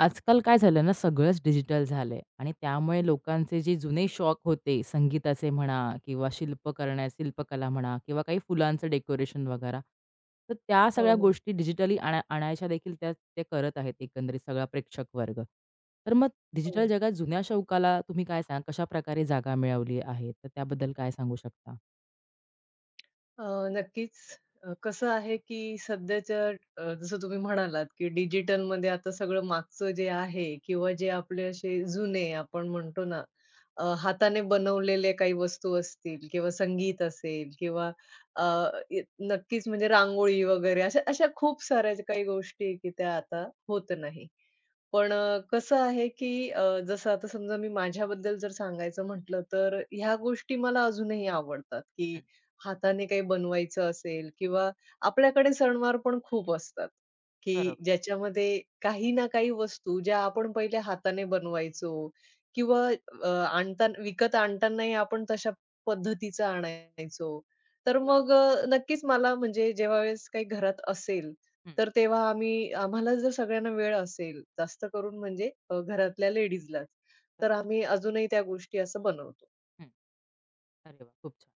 आजकाल काय झालं ना, सगळंच डिजिटल झालंय आणि त्यामुळे लोकांचे जे जुने शौक होते, संगीताचे म्हणा किंवा शिल्पकला म्हणा किंवा काही फुलांचं डेकोरेशन वगैरे. तर त्या हो, सगळ्या हो. गोष्टी डिजिटली आणायच्या देखील त्या ते करत आहेत एकंदरीत सगळा प्रेक्षक वर्ग. तर मग डिजिटल हो. जगात जुन्या शौकाला तुम्ही काय सांगाल कशाप्रकारे जागा मिळवली आहे? तर त्याबद्दल काय सांगू शकता? अ, नक्कीच. कसं आहे, की सध्याच्या जसं तुम्ही म्हणालात, की डिजिटलमध्ये आता सगळं मागचं जे आहे किंवा जे आपले असे जुने आपण म्हणतो ना, हाताने बनवलेले काही वस्तू असतील किंवा संगीत असेल किंवा अ, य नक्कीच म्हणजे रांगोळी वगैरे अशा अशा खूप साऱ्या ज्या काही गोष्टी आहे, की त्या आता होत नाही. पण कसं आहे, की जसं आता समजा मी माझ्याबद्दल जर सांगायचं म्हटलं, तर ह्या गोष्टी मला अजूनही आवडतात, की हं, हाताने काही बनवायचं असेल किंवा आपल्याकडे सणवार पण खूप असतात, की बरोबर, ज्याच्यामध्ये काही ना काही वस्तू ज्या आपण पहिले हाताने बनवायचो किंवा आणताना विकत आणतानाही आपण तशा पद्धतीचं आणायचो. तर बरोबर. मग नक्कीच मला म्हणजे जेव्हावेळेस काही घरात असेल, हं, तर तेव्हा आम्ही आम्हाला जर सगळ्यांना वेळ असेल, जास्त करून म्हणजे घरातल्या लेडीजलाच, तर तर आम्ही अजूनही त्या गोष्टी असं बनवतो. हं. अरे वाह! खूप छान.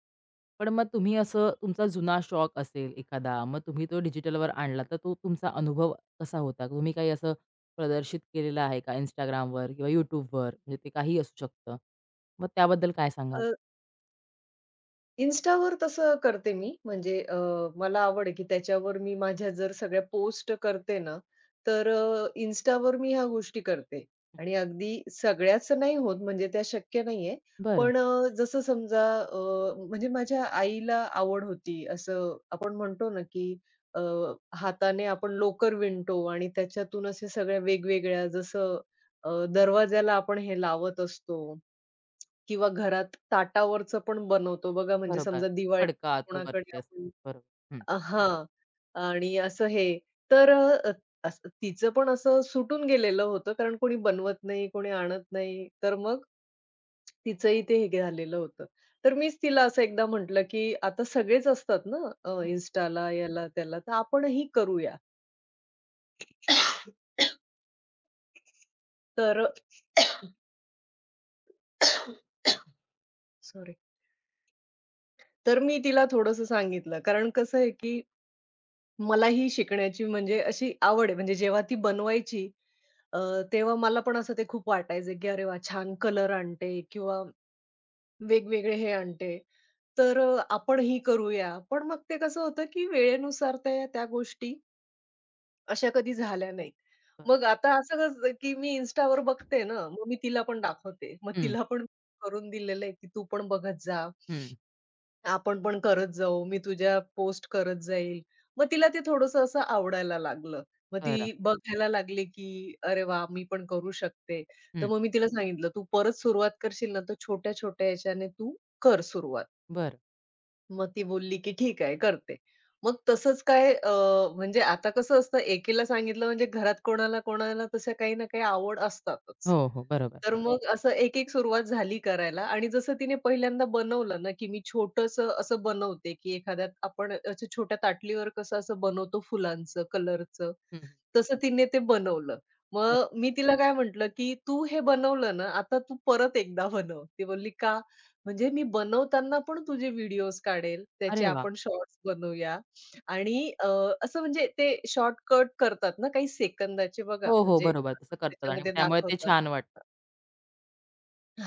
पण मग तुम्ही असं तुमचा जुना शॉक असेल एखादा, मग तुम्ही तो डिजिटलवर आणला, तर तो तुमचा अनुभव कसा होता? तुम्ही काही असं प्रदर्शित केलेलं आहे का Instagramवर किंवा YouTubeवर? म्हणजे ते काही असू शकतं. मग त्याबद्दल काय सांगाल? Instaवर तसं करते मी. म्हणजे मला आवड आहे, की त्याच्यावर मी माझ्या जर सगळ्या पोस्ट करते ना, तर Instaवर मी ह्या गोष्टी करते. हं. आणि अगदी सगळ्याच नाही होत, म्हणजे त्या शक्य नाहीये. बरं. पण जसं समजा म्हणजे माझ्या आईला आवड होती, असं आपण म्हणतो ना, की अ, हाताने आपण लोकर विणतो आणि त्याच्यातून असे सगळ्या वेगवेगळ्या जसं दरवाजाला आपण हे लावत असतो किंवा घरात ताटावरचं पण बनवतो बघा, म्हणजे बरोबर. समजा दिवाळी फडका तू कोणाकडे वरती असतो. आपण बरोबर. हं. हां. आणि असं हे तर असं तिचं पण असं सुटून गेलेलं होतं, कारण कोणी बनवत नाही, कोणी आणत नाही. तर मग तिचंही ते हे झालेलं होतं. तर मीच तिला असं एकदा म्हटलं, की आता सगळेच असतात ना Instaला, याला त्याला, तर आपणही करूया. तर सॉरी. तर मी तिला थोडंसं सांगितलं, कारण कसं आहे, की मलाही शिकण्याची म्हणजे अशी आवड आहे. म्हणजे जेव्हा ती बनवायची अ, तेव्हा मला पण असं ते खूप वाटायचं, की "अरे वाह! छान कलर आणते किंवा वेगवेगळे हे आणते, तर आपण ही करूया." पण मग ते कसं होतं, की वेळेनुसार त्या त्या गोष्टी अशा कधी झाल्या नाहीत. मग आता असं कसं, की मी Instaवर बघते ना, मग मी तिला पण दाखवते. मग हं, तिला पण करून दिलेलं आहे, की "तू पण बघत जा." हं. आपण पण करत जाऊ, मी तुझ्या पोस्ट करत जाईल. मग तिला ते थोडंसं असं आवडायला लागलं. मग बरं. ती बघायला लागली, की "अरे वा, मी पण करू शकते." तर हं. मग मी तिला सांगितलं, "तू परत सुरुवात करशील ना, तर छोट्या-छोट्या ह्याच्याने तू कर सुरुवात." बरं. मग ती बोलली, की "ठीक आहे, करते." मग तसंच काय म्हणजे आता कसं असतं एकीला सांगितलं म्हणजे घरात कोणाला, कोणाला तशा काही ना काही आवड असतातच. हो, हो. बरोबर. तर मग असं एक-एक सुरुवात झाली करायला आणि जसं तिने पहिल्यांदा बनवलं ना, की मी छोटंसं असं बनवते, की एखाद्यात आपण अशा छोट्या ताटलीवर कसं असं बनवतो फुलांचं, कलरचं. हं, हं. तसं तिने ते बनवलं. बरं. मग मी तिला काय म्हटलं, की "तू हे बनवलं ना, आता तू परत एकदा बनव." ती बोलली, "का?" म्हणजे "मी बनवताना पण तुझे व्हिडिओज काढेल, त्याचे अरे वाह! आपण शॉर्ट्स बनवूया." आणि अ, असं म्हणजे ते शॉर्टकट करतात ना, काही सेकंदाचे बघा, हो, हो. म्हणजे बरोबर. तसं असं करतात आणि त्याच्यामध्ये त्यामुळे ते दाखवतात. छान वाटतं.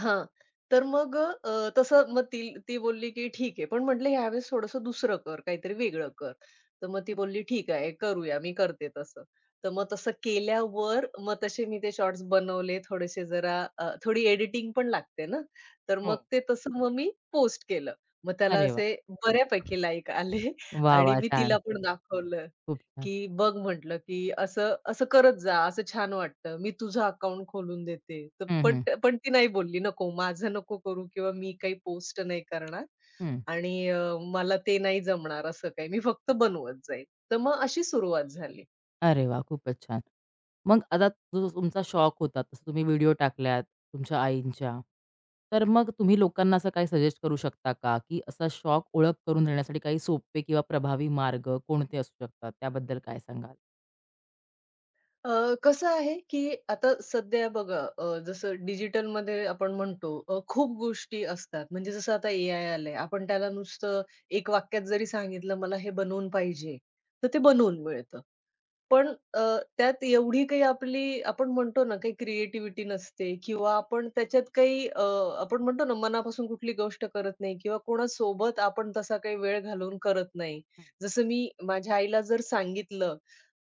हां. तर मग तसं मग ती ती बोलली, की "ठीक आहे." पण म्हटलं, "ह्यावेळेस थोडंसं दुसरं कर, काहीतरी वेगळं कर." तर मग ती बोलली, "ठीक आहे, करूया, मी करते तसं." तर मग तसं केल्यावर मग तसे मी ते शॉर्ट्स बनवले थोडेसे जरा थोडी एडिटिंग पण लागते ना, तर हो. मग ते तसं मग मी पोस्ट केलं. मग त्याला अरे वाह! असे बऱ्यापैकी लाइक आले वाह, आणि वाह! मी तिला छान. पण दाखवलं. खूप छान. की बघ म्हटलं, की असं असं करत जा, असं छान वाटतं. मी तुझं अकाउंट खोलून देते. तर हं, पण हं. पण ती नाही बोलली, "नको, माझं नको करू किंवा मी काही पोस्ट नाही करणार हं. आणि मला ते नाही जमणार असं काही. मी फक्त बनवत जाईल." तर मग अशी सुरुवात झाली. अरे वाह! खूपच छान. मग आता जो तुमचा शॉक होता, तसं तुम्ही व्हिडिओ टाकल्यात तुमच्या आईंच्या. तर मग तुम्ही लोकांना असं काही सजेस्ट करू शकता का, की असा शॉक ओळख करून देण्यासाठी काही सोपे किंवा प्रभावी मार्ग कोणते असू शकतात? त्याबद्दल काय सांगाल? अ, कसं आहे, की आता सध्या बघा जसं डिजिटलमध्ये आपण म्हणतो खूप गोष्टी असतात. म्हणजे जसं आता ए-आय आलंय. आपण त्याला नुसतं एक वाक्यात जरी सांगितलं, "मला हे बनवून पाहिजे," तर ते बनवून मिळतं. पण अ, त्यात एवढी काही आपली आपण म्हणतो ना, काही क्रिएटिव्हिटी नसते किंवा आपण त्याच्यात काही आपण म्हणतो ना, मनापासून कुठली गोष्ट करत नाही किंवा कोणासोबत आपण तसा काही वेळ घालवून करत नाही. हं, जसं मी माझ्या आईला जर सांगितलं,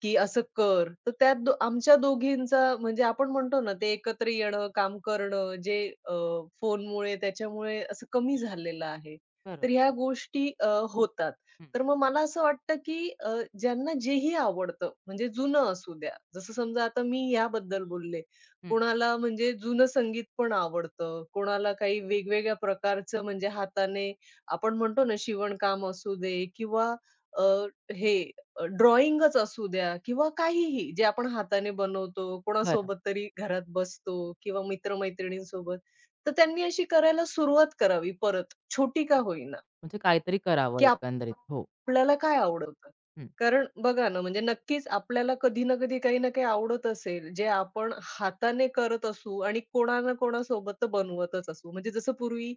की असं कर. तर त्यात आमच्या दोघींचा म्हणजे आपण म्हणतो ना, ते एकत्र येणं, काम करणं, जे अ, फोनमुळे त्याच्यामुळे असं कमी झालेलं आहे. बरोबर. तर ह्या गोष्टी होतात. हं, तर मग मला असं वाटतं, की ज्यांना जेही आवडतं, म्हणजे जुनं असू द्या. जसं समजा आता मी याबद्दल बोलले. हं. कोणाला म्हणजे जुनं संगीत पण आवडतं, कोणाला काही वेगवेगळ्या प्रकारचं म्हणजे हाताने आपण म्हणतो ना, शिवणकाम असू दे किंवा अ, हे ड्रॉइंगच असू द्या किंवा काहीही जे आपण हाताने बनवतो, बरं. कोणासोबत तरी घरात बसतो किंवा मित्र-मैत्रिणींसोबत. तर त्यांनी अशी करायला सुरुवात करावी परत, छोटी का होईना, म्हणजे काहीतरी करावं की एकंदरीत. हो. आपल्याला काय आवडतं? हं. कारण बघा ना, म्हणजे नक्कीच आपल्याला कधी ना कधी, काही ना काही आवडत असेल, जे आपण हाताने करत असू आणि कोणा ना कोणासोबत तर बनवतच असू. म्हणजे जसं पूर्वी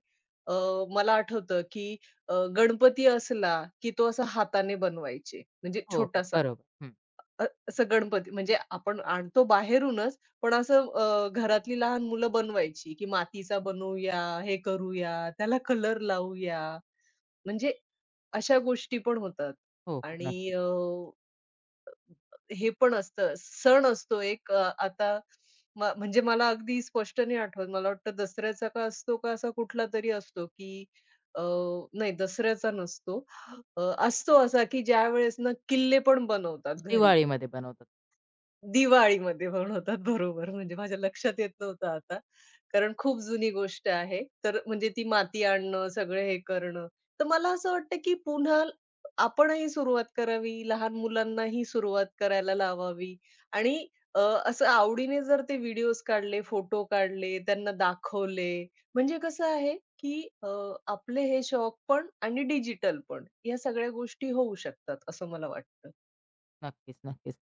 अ, मला आठवतं, की गणपती असला, की तो असा हाताने बनवायचे, म्हणजे हो, हो. छोटासा. बरोबर. हं. असं गणपती म्हणजे आपण आणतो बाहेरूनच, पण असं घरातली लहान मुलं बनवायची, की मातीचा बनवूया, हे करूया, त्याला कलर लावूया. म्हणजे अशा गोष्टी पण होतात हो, हो. आणि नक्की. हे पण असतं, सण असतो एक आता म्हणजे मला अगदी स्पष्ट नाही आठवत. मला वाटतं दसऱ्याचा का असतो का असा कुठलातरी असतो, की अ, नाही दसऱ्याचा नसतो. अ, असतो असा, की ज्यावेळेस ना किल्ले पण बनवतात घरी. दिवाळीमध्ये बनवतात. दिवाळीमध्ये पण होतात. बरोबर. म्हणजे माझ्या लक्षात येत नव्हतं आता. कारण खूप जुनी गोष्ट आहे. तर म्हणजे ती माती आणणं, सगळं हे करणं. तर मला असं वाटतं, की पुन्हा आपणही सुरुवात करावी, लहान मुलांनाही सुरुवात करायला लावावी आणि अ, असं आवडीने जर ते व्हिडिओज काढले, फोटो काढले, त्यांना दाखवले. म्हणजे कसं आहे, की आपले हे शौक पण आणि डिजिटल पण या सगळ्या गोष्टी होऊ शकतात, असं मला वाटतं. नक्कीच, नक्कीच.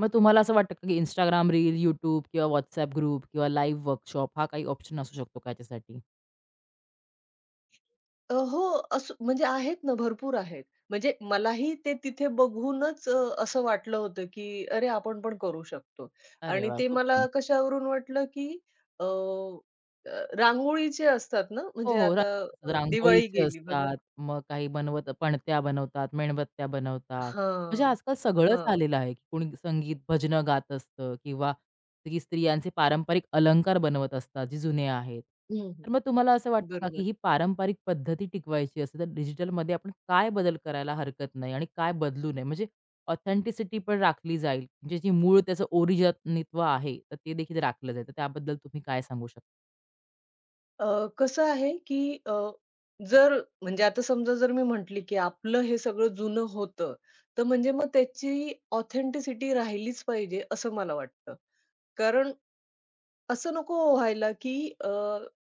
मग तुम्हाला असं वाटतं का, की Instagram रील, YouTube किंवा WhatsApp ग्रुप किंवा लाईव्ह वर्कशॉप हा काही ऑप्शन असू शकतो का याच्यासाठी? हो, असं म्हणजे आहेत ना, भरपूर आहेत. म्हणजे मलाही ते तिथे बघूनच असं वाटलं होतं, की अरे, आपण पण करू शकतो. अरे आणि वाह! ते खूप मला छान. कशावरून वाटलं, की अ, अ, रांगोळीचे असतात ना, हो, म्हणजे हो. आता रांगोळीच असतात, दिवाळी रांगोळीचे गेली बघा असतात, मग काही बनवत पणत्या बनवतात, मेणबत्त्या बनवतात. म्हणजे हां, आजकाल सगळंच हां. आलेलं आहे, की कोणी संगीत, भजनं गात असतं किंवा स्त्रियांचे पारंपरिक अलंकार बनवत असतात, जे जुने आहेत. हं, हं. तर मग तुम्हाला असं वाटतं का, की बरोबर. ही पारंपरिक पद्धती टिकवायची असेल, तर डिजिटलमध्ये आपण काय बदल करायला हरकत नाही आणि काय बदलू नये? म्हणजे ऑथेंटिसिटी पण राखली जाईल, म्हणजे जे मूळ त्याचं ओरिजिनित्व आहे, तर ते देखील राखलं जाईल. तर त्याबद्दल तुम्ही काय सांगू शकता? कसं आहे, की जर म्हणजे आता समजा जर मी म्हटली, की आपलं हे सगळं जुनं होतं, तर म्हणजे मग त्याची ऑथेंटिसिटी राहिलीच पाहिजे, असं मला वाटतं. कारण असं नको व्हायला, की अ,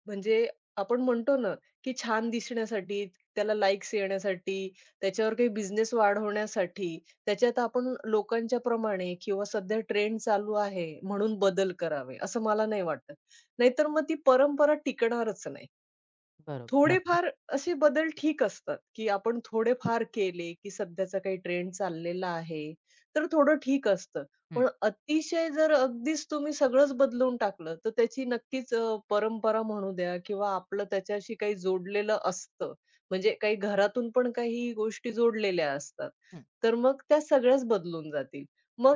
म्हणजे आपण म्हणतो ना, की छान दिसण्यासाठी, त्याला लाइक्स येण्यासाठी, त्याच्यावर काही बिझनेस वाढवण्यासाठी, त्याच्यात आपण लोकांच्या प्रमाणे किंवा सध्या ट्रेंड चालू आहे म्हणून बदल करावे, असं मला नाही वाटत. नाहीतर मग ती परंपरा टिकणारच नाही. बरोबर, नक्की. थोडेफार असे बदल ठीक असतात, की आपण थोडेफार केले, की सध्याचा काही ट्रेंड चाललेला आहे, तर थोडं ठीक असतं. हं. पण अतिशय जर अगदीच तुम्ही सगळंच बदलून टाकलं, तर त्याची नक्कीच परंपरा म्हणू द्या किंवा आपलं त्याच्याशी काही जोडलेलं असतं. म्हणजे काही घरातून पण काही गोष्टी जोडलेल्या असतात. तर मग त्या सगळ्याच बदलून जातील.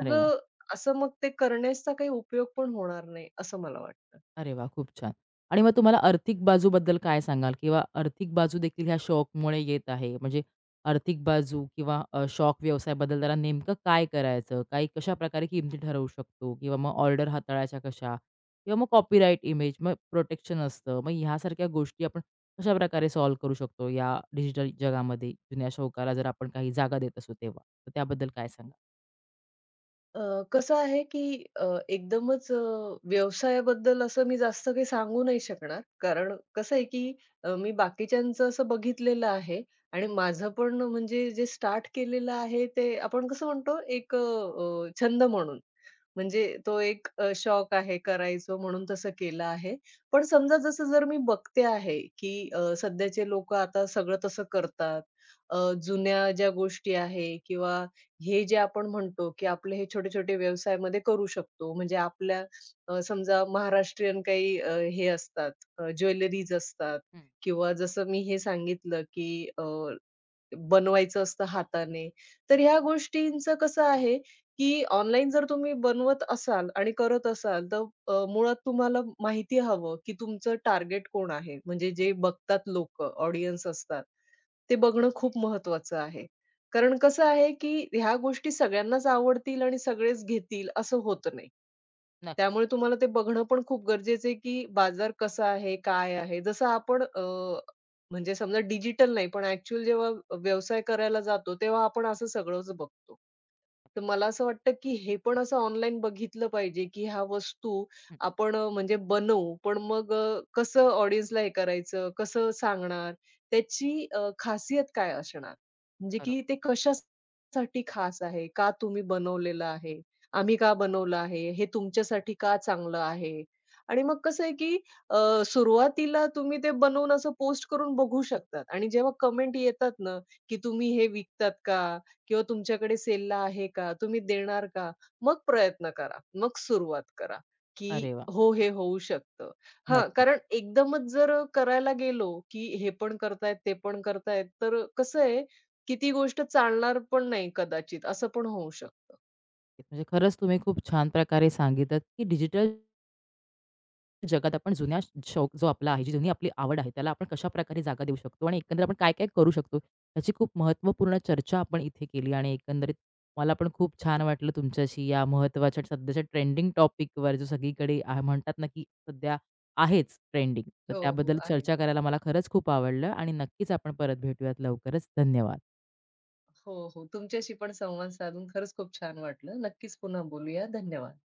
अरे वा, असं मग ते करण्याचा काही उपयोग पण होणार नाही, असं मला वाटतं. अरे वाह! खूप छान. आणि मग तुम्हाला आर्थिक बाजूबद्दल काय सांगाल? किंवा आर्थिक बाजू देखील ह्या शौकमुळे येत आहे. म्हणजे आर्थिक बाजू किंवा शौक व्यवसाय बदलताना नेमकं काय करायचं? काही कशाप्रकारे किमती ठरवू शकतो? किंवा मग ऑर्डर हाताळायच्या कशा? किंवा मग कॉपीराइट इमेज, मग प्रोटेक्शन असतं. मग ह्यासारख्या गोष्टी आपण कशाप्रकारे सॉल्व्ह करू शकतो या डिजिटल जगामध्ये जुन्या शौकाला जर आपण काही जागा देत असू तेव्हा? तर त्याबद्दल काय सांगाल? अ, कसं आहे, की एकदमच व्यवसायाबद्दल असं मी जास्त काही सांगू नाही शकणार. कारण कसं आहे, की मी बाकीच्यांचं असं बघितलेलं आहे आणि माझं पण म्हणजे जे स्टार्ट केलेलं आहे, ते आपण कसं म्हणतो एक अ, अ, छंद म्हणून. म्हणजे तो एक शौक आहे करायचो म्हणून तसं केलं आहे. पण समजा जसं जर मी बघते आहे, की सध्याचे लोकं आता सगळं तसं करतात. जुन्या ज्या गोष्टी आहे किंवा हे जे आपण म्हणतो, की आपले हे छोटे-छोटे व्यवसायामध्ये करू शकतो. म्हणजे आपल्या समजा महाराष्ट्रीयन काही हे असतात, ज्वेलरीज असतात हं, किंवा जसं मी हे सांगितलं, की बनवायचं असतं हाताने. तर ह्या गोष्टींचं कसं आहे, की ऑनलाईन जर तुम्ही बनवत असाल आणि करत असाल, तर मुळात तुम्हाला माहिती हवं, की तुमचं टार्गेट कोण आहे? म्हणजे हं. जे बघतात लोक, ऑडियन्स असतात, ते बघणं खूप महत्त्वाचं आहे. कारण कसं आहे, की ह्या गोष्टी सगळ्यांनाच आवडतील आणि सगळेच घेतील असं होत नाही. नक्की. त्यामुळे तुम्हाला ते बघणं पण खूप गरजेचं आहे, की बाजार कसा आहे? काय आहे? जसं आपण म्हणजे समजा डिजिटल नाही, पण ॲक्चुअल जेव्हा व्यवसाय करायला जातो, तेव्हा आपण असं सगळंच बघतो. तर मला असं वाटतं, की हे पण असं ऑनलाईन बघितलं पाहिजे, की ह्या वस्तू हं. आपण म्हणजे बनवू, पण मग कसं ऑडियन्सला हे करायचं, कसं सांगणार, त्याची खासियत काय असणार? म्हणजे बरोबर. की ते कशासाठी खास आहे? का तुम्ही बनवलेलं आहे? आम्ही का बनवलं आहे? हे तुमच्यासाठी का चांगलं आहे? आणि मग कसं आहे, की सुरुवातीला तुम्ही ते बनवून असं पोस्ट करून बघू शकतात आणि जेव्हा कमेंट येतात ना, की "तुम्ही हे विकतात का? किंवा तुमच्याकडे सेलला आहे का? तुम्ही देणार का?" मग प्रयत्न करा. मग सुरुवात करा, की अरे वाह! हो, हे होऊ शकतं. हां, नक्कीच. कारण एकदमच जर करायला गेलो, की हे पण करतायत, ते पण करतायत, तर कसं आहे, की ती गोष्ट चालणार पण नाही कदाचित, असं पण होऊ शकतं. म्हणजे खरंच तुम्ही खूप छान प्रकारे सांगितलं, की डिजिटल जगात आपण जुन्या शौक जो आपला आहे, जी जुनी आपली आवड आहे, त्याला आपण कशाप्रकारे जागा देऊ शकतो आणि एकंदरीत आपण काय-काय करू शकतो, याची खूप महत्त्वपूर्ण चर्चा आपण इथे केली आणि एकंदरीत मला पण खूप छान वाटलं तुमच्याशी या महत्त्वाच्या सध्याच्या ट्रेंडिंग टॉपिकवर जो सगळीकडे म्हणतात ना, की सध्या आहेच ट्रेंडिंग. तर हो, हो. त्याबद्दल आहे. चर्चा करायला मला खरंच खूप आवडलं आणि नक्कीच आपण परत भेटूयात लवकरच. धन्यवाद. हो, हो. तुमच्याशी पण संवाद साधून खरंच खूप छान वाटलं. नक्कीच पुन्हा बोलूया. धन्यवाद.